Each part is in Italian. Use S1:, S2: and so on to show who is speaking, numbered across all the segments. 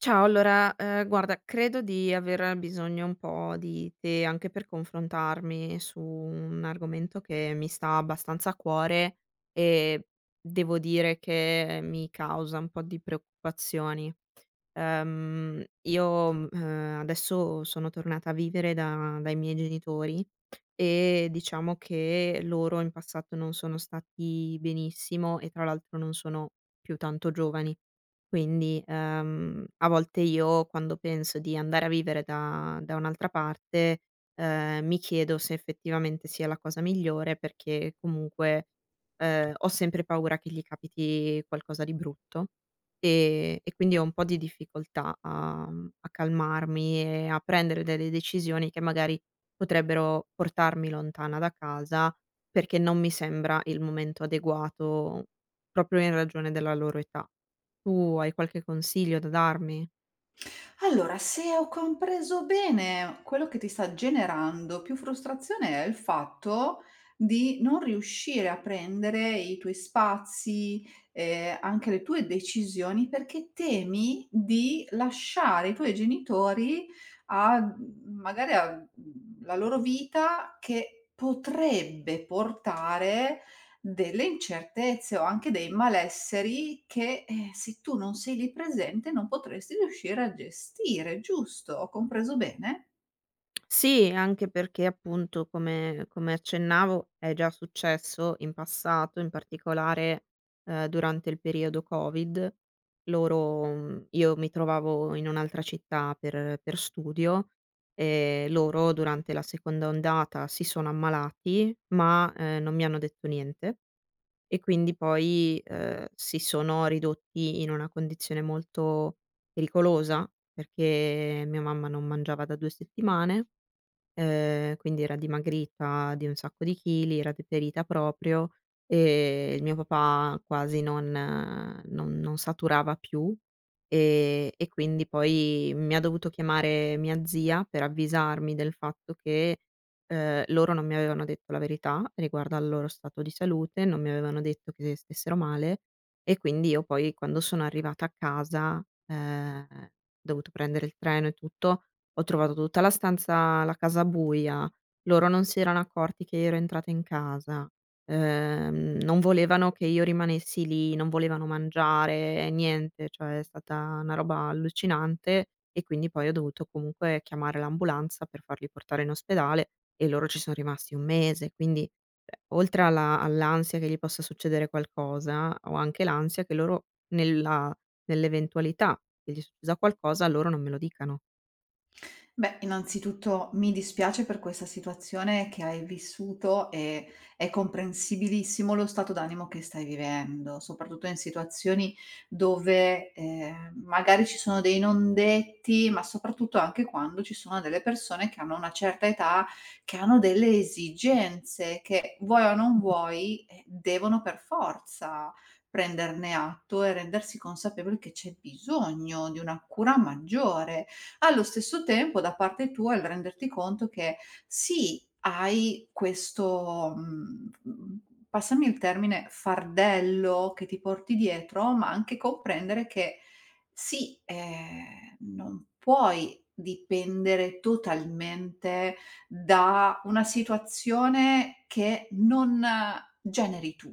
S1: Ciao, allora, guarda, credo di aver bisogno un po' di te anche per confrontarmi su un argomento che mi sta abbastanza a cuore e devo dire che mi causa un po' di preoccupazioni. Adesso sono tornata a vivere da dai miei genitori e diciamo che loro in passato non sono stati benissimo e tra l'altro non sono più tanto giovani. Quindi, a volte, io, quando penso di andare a vivere da un'altra parte, mi chiedo se effettivamente sia la cosa migliore, perché comunque, ho sempre paura che gli capiti qualcosa di brutto, e quindi ho un po' di difficoltà a a calmarmi e a prendere delle decisioni che magari potrebbero portarmi lontana da casa, perché non mi sembra il momento adeguato proprio in ragione della loro età. Tu hai qualche consiglio da darmi?
S2: Allora, se ho compreso bene, quello che ti sta generando più frustrazione è il fatto di non riuscire a prendere i tuoi spazi, anche le tue decisioni, perché temi di lasciare i tuoi genitori a magari a, la loro vita che potrebbe portare delle incertezze o anche dei malesseri che, se tu non sei lì presente non potresti riuscire a gestire, giusto? Ho compreso bene?
S1: Sì, anche perché, appunto, come accennavo, è già successo in passato, in particolare, durante il periodo Covid. Io mi trovavo in un'altra città per studio e loro durante la seconda ondata si sono ammalati, ma, non mi hanno detto niente. E quindi poi, si sono ridotti in una condizione molto pericolosa, perché mia mamma non mangiava da 2 settimane. Quindi era dimagrita di un sacco di chili, era deperita proprio, e il mio papà quasi non non saturava più, e quindi poi mi ha dovuto chiamare mia zia per avvisarmi del fatto che, loro non mi avevano detto la verità riguardo al loro stato di salute, non mi avevano detto che stessero male. E quindi io poi, quando sono arrivata a casa, ehm, dovuto prendere il treno e tutto, ho trovato tutta la casa buia, loro non si erano accorti che ero entrata in casa, non volevano che io rimanessi lì, non volevano mangiare, niente, cioè è stata una roba allucinante. E quindi poi ho dovuto comunque chiamare l'ambulanza per farli portare in ospedale e loro ci sono rimasti 1 mese. Quindi, cioè, oltre alla all'ansia che gli possa succedere qualcosa, ho anche l'ansia che loro nella nell'eventualità che gli è successa qualcosa, loro non me lo dicano.
S2: Beh, innanzitutto mi dispiace per questa situazione che hai vissuto e è comprensibilissimo lo stato d'animo che stai vivendo, soprattutto in situazioni dove magari ci sono dei non detti, ma soprattutto anche quando ci sono delle persone che hanno una certa età, che hanno delle esigenze che vuoi o non vuoi, devono per forza prenderne atto e rendersi consapevoli che c'è bisogno di una cura maggiore. Allo stesso tempo da parte tua il renderti conto che sì, hai questo, passami il termine, fardello che ti porti dietro, ma anche comprendere che sì, non puoi dipendere totalmente da una situazione che non generi tu,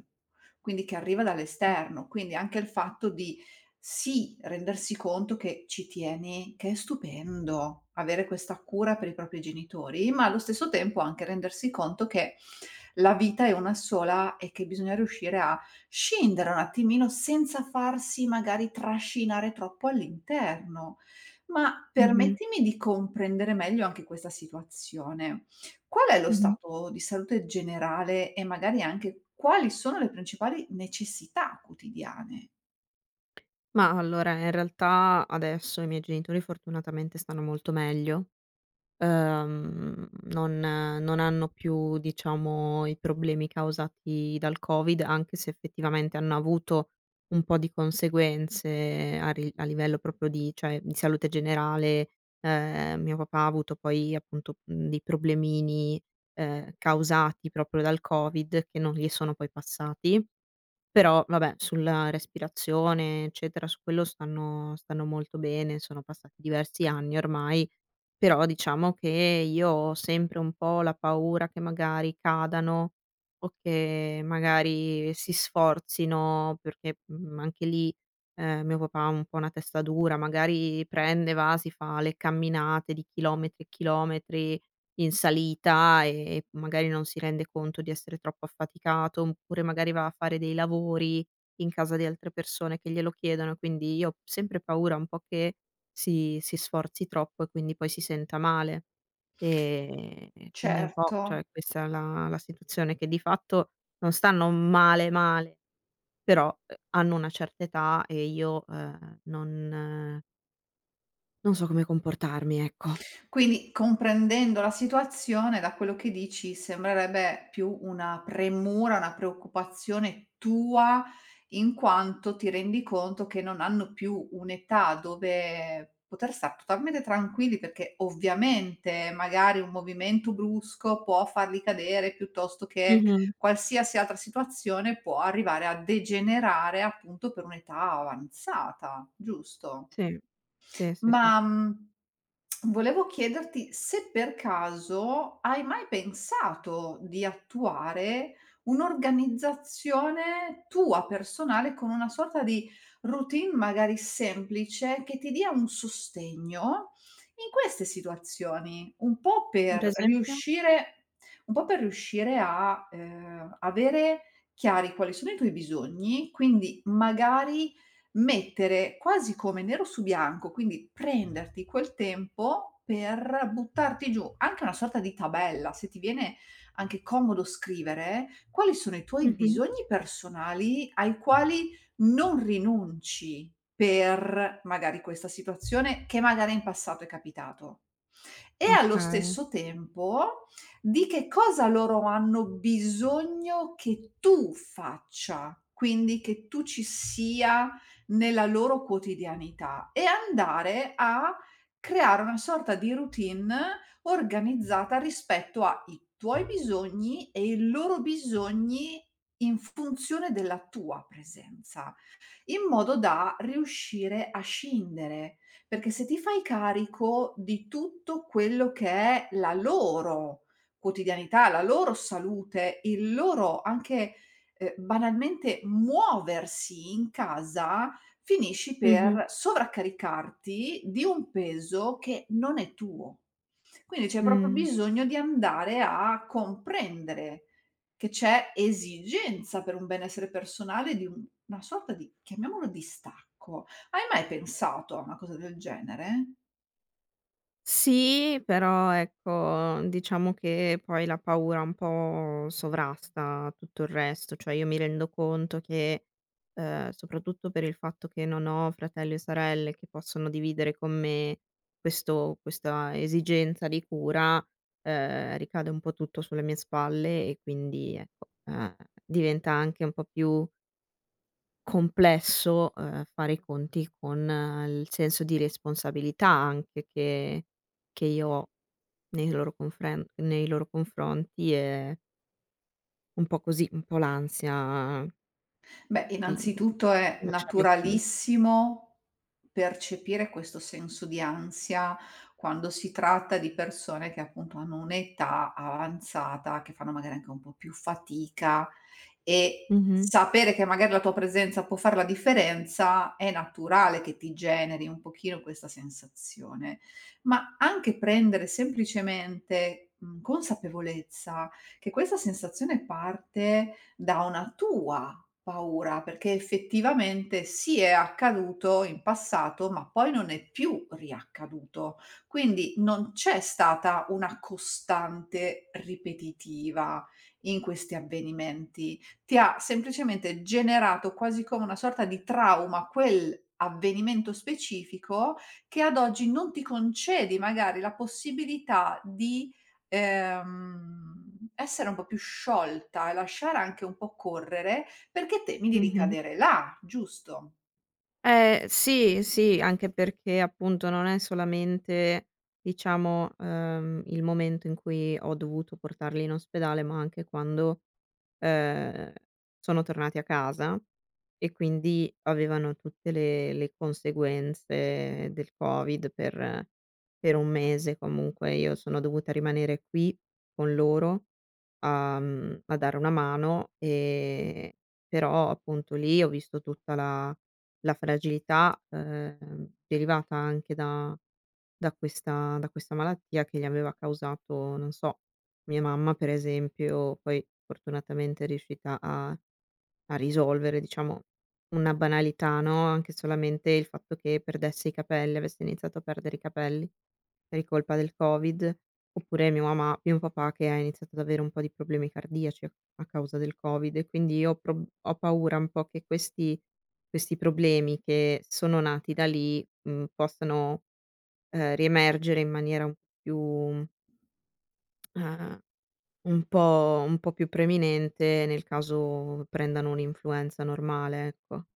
S2: quindi che arriva dall'esterno. Quindi anche il fatto di sì, rendersi conto che ci tieni, che è stupendo avere questa cura per i propri genitori, ma allo stesso tempo anche rendersi conto che la vita è una sola e che bisogna riuscire a scendere un attimino senza farsi magari trascinare troppo all'interno. Ma
S1: Mh-mh.
S2: permettimi di comprendere meglio anche questa situazione. Qual è lo
S1: Mh-mh.
S2: stato di salute generale e magari anche quali sono le principali necessità quotidiane?
S1: Ma allora, in realtà, adesso i miei genitori fortunatamente stanno molto meglio, non hanno più, diciamo, i problemi causati dal Covid, anche se effettivamente hanno avuto un po' di conseguenze a livello proprio di, cioè, di salute generale. Mio papà ha avuto poi, appunto, dei problemini, causati proprio dal Covid, che non gli sono poi passati. Però vabbè, sulla respirazione eccetera, su quello stanno molto bene, sono passati diversi anni ormai, però diciamo che io ho sempre un po' la paura che magari cadano o che magari si sforzino, perché, anche lì, mio papà ha un po' una testa dura, magari prende, va, si fa le camminate di chilometri e chilometri in salita e magari non si rende conto di essere troppo affaticato, oppure magari va a fare dei lavori in casa di altre persone che glielo chiedono. Quindi io ho sempre paura un po' che si sforzi troppo e quindi poi si senta male. Ehm, quindi un po',
S2: Certo.
S1: cioè, questa è la situazione, che di fatto non stanno male male, però, hanno una certa età e io, non so come comportarmi, ecco.
S2: Quindi comprendendo la situazione, da quello che dici sembrerebbe più una premura, una preoccupazione tua, in quanto ti rendi conto che non hanno più un'età dove poter star totalmente tranquilli, perché ovviamente magari un movimento brusco può farli cadere, piuttosto che
S1: Mh-mh.
S2: qualsiasi altra situazione può arrivare a degenerare appunto per un'età avanzata, giusto?
S1: Sì. Sì, sì, sì.
S2: Ma, volevo chiederti se per caso hai mai pensato di attuare un'organizzazione tua personale con una sorta di routine magari semplice che ti dia un sostegno in queste situazioni, un po'
S1: Per
S2: per
S1: esempio?
S2: riuscire un po' per riuscire a, avere chiari quali sono i tuoi bisogni, quindi magari mettere quasi come nero su bianco, quindi prenderti quel tempo per buttarti giù anche una sorta di tabella, se ti viene anche comodo scrivere, quali sono i tuoi
S1: Mh-mh.
S2: bisogni personali ai quali non rinunci per magari questa situazione che magari in passato è capitato, e allo
S1: Okay.
S2: stesso tempo di che cosa loro hanno bisogno che tu faccia, quindi che tu ci sia nella loro quotidianità, e andare a creare una sorta di routine organizzata rispetto ai tuoi bisogni e i loro bisogni in funzione della tua presenza, in modo da riuscire a scindere, perché se ti fai carico di tutto quello che è la loro quotidianità, la loro salute, il loro anche, banalmente muoversi in casa, finisci
S1: Mh-mh.
S2: per sovraccaricarti di un peso che non è tuo. Quindi c'è proprio
S1: Mh.
S2: bisogno di andare a comprendere che c'è esigenza per un benessere personale di un una sorta di, chiamiamolo distacco. Hai mai pensato a una cosa del genere?
S1: Sì, però ecco, diciamo che poi la paura un po' sovrasta tutto il resto, cioè io mi rendo conto che, soprattutto per il fatto che non ho fratelli o sorelle che possono dividere con me questo questa esigenza di cura, ricade un po' tutto sulle mie spalle e quindi ecco, diventa anche un po' più complesso, fare i conti con il senso di responsabilità anche che io ho nei loro confronti e un po' così, un po' l'ansia
S2: Beh,
S1: di
S2: innanzitutto è
S1: lasciarli soli.
S2: naturalissimo percepire questo senso di ansia quando si tratta di persone che appunto hanno un'età avanzata, che fanno magari anche un po' più fatica e
S1: Mh-mh,
S2: sapere che magari la tua presenza può fare la differenza, è naturale che ti generi un pochino questa sensazione. Ma anche prendere semplicemente, consapevolezza che questa sensazione parte da una tua paura, perché effettivamente sì, è accaduto in passato, ma poi non è più riaccaduto. Quindi non c'è stata una costante ripetitiva in questi avvenimenti. Ti ha semplicemente generato quasi come una sorta di trauma quel avvenimento specifico che ad oggi non ti concedi magari la possibilità di, ehm, essere un po' più sciolta e lasciare anche un po' correre perché temi di
S1: mh-mh.
S2: ricadere là, giusto?
S1: Eh sì, sì, anche perché, appunto, non è solamente, diciamo, il momento in cui ho dovuto portarli in ospedale, ma anche quando ehm, sono tornati a casa e quindi avevano tutte le conseguenze del Covid per 1 mese. Comunque io sono dovuta rimanere qui con loro a a dare una mano, però appunto lì ho visto tutta la fragilità, derivata anche da questa malattia che gli aveva causato, non so, mia mamma per esempio, poi fortunatamente è riuscita a risolvere, diciamo, una banalità, no, anche solamente il fatto che perdesse i capelli, avesse iniziato a perdere i capelli per colpa del Covid, oppure mia mamma mio papà, che ha iniziato ad avere un po' di problemi cardiaci a causa del Covid, e quindi io ho paura un po' che questi problemi, che sono nati da lì, possano, riemergere in maniera un po' più, ehm un po' più preminente nel caso prendano un'influenza normale, ecco.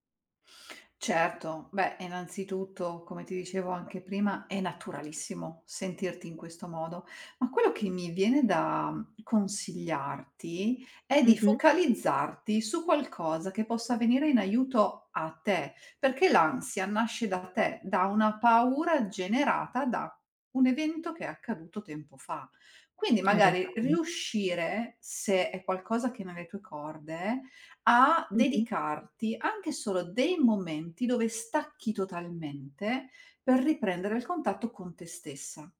S2: Certo, beh, innanzitutto, come ti dicevo anche prima, è naturalissimo sentirti in questo modo, ma quello che mi viene da, consigliarti è di
S1: Mh-mh,
S2: focalizzarti su qualcosa che possa venire in aiuto a te, perché l'ansia nasce da te, da una paura generata da un evento che è accaduto tempo fa. Quindi
S1: hai
S2: magari
S1: ragione.
S2: riuscire, se è qualcosa che è nelle tue corde, a
S1: Mh-mh.
S2: dedicarti anche solo dei momenti dove stacchi totalmente per riprendere il contatto con te stessa,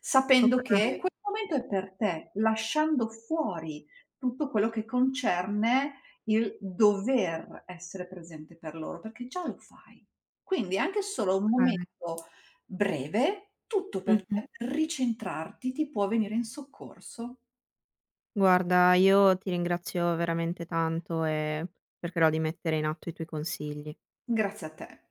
S2: sapendo che
S1: Okay,
S2: quel momento è per te, lasciando fuori tutto quello che concerne il dover essere presente per loro, perché già lo fai. Quindi anche solo un
S1: okay.
S2: momento breve, tutto per
S1: Mh-mh.
S2: te, per ricentrarti, ti può venire in soccorso.
S1: Guarda, io ti ringrazio veramente tanto e cercherò di mettere in atto i tuoi consigli.
S2: Grazie a te.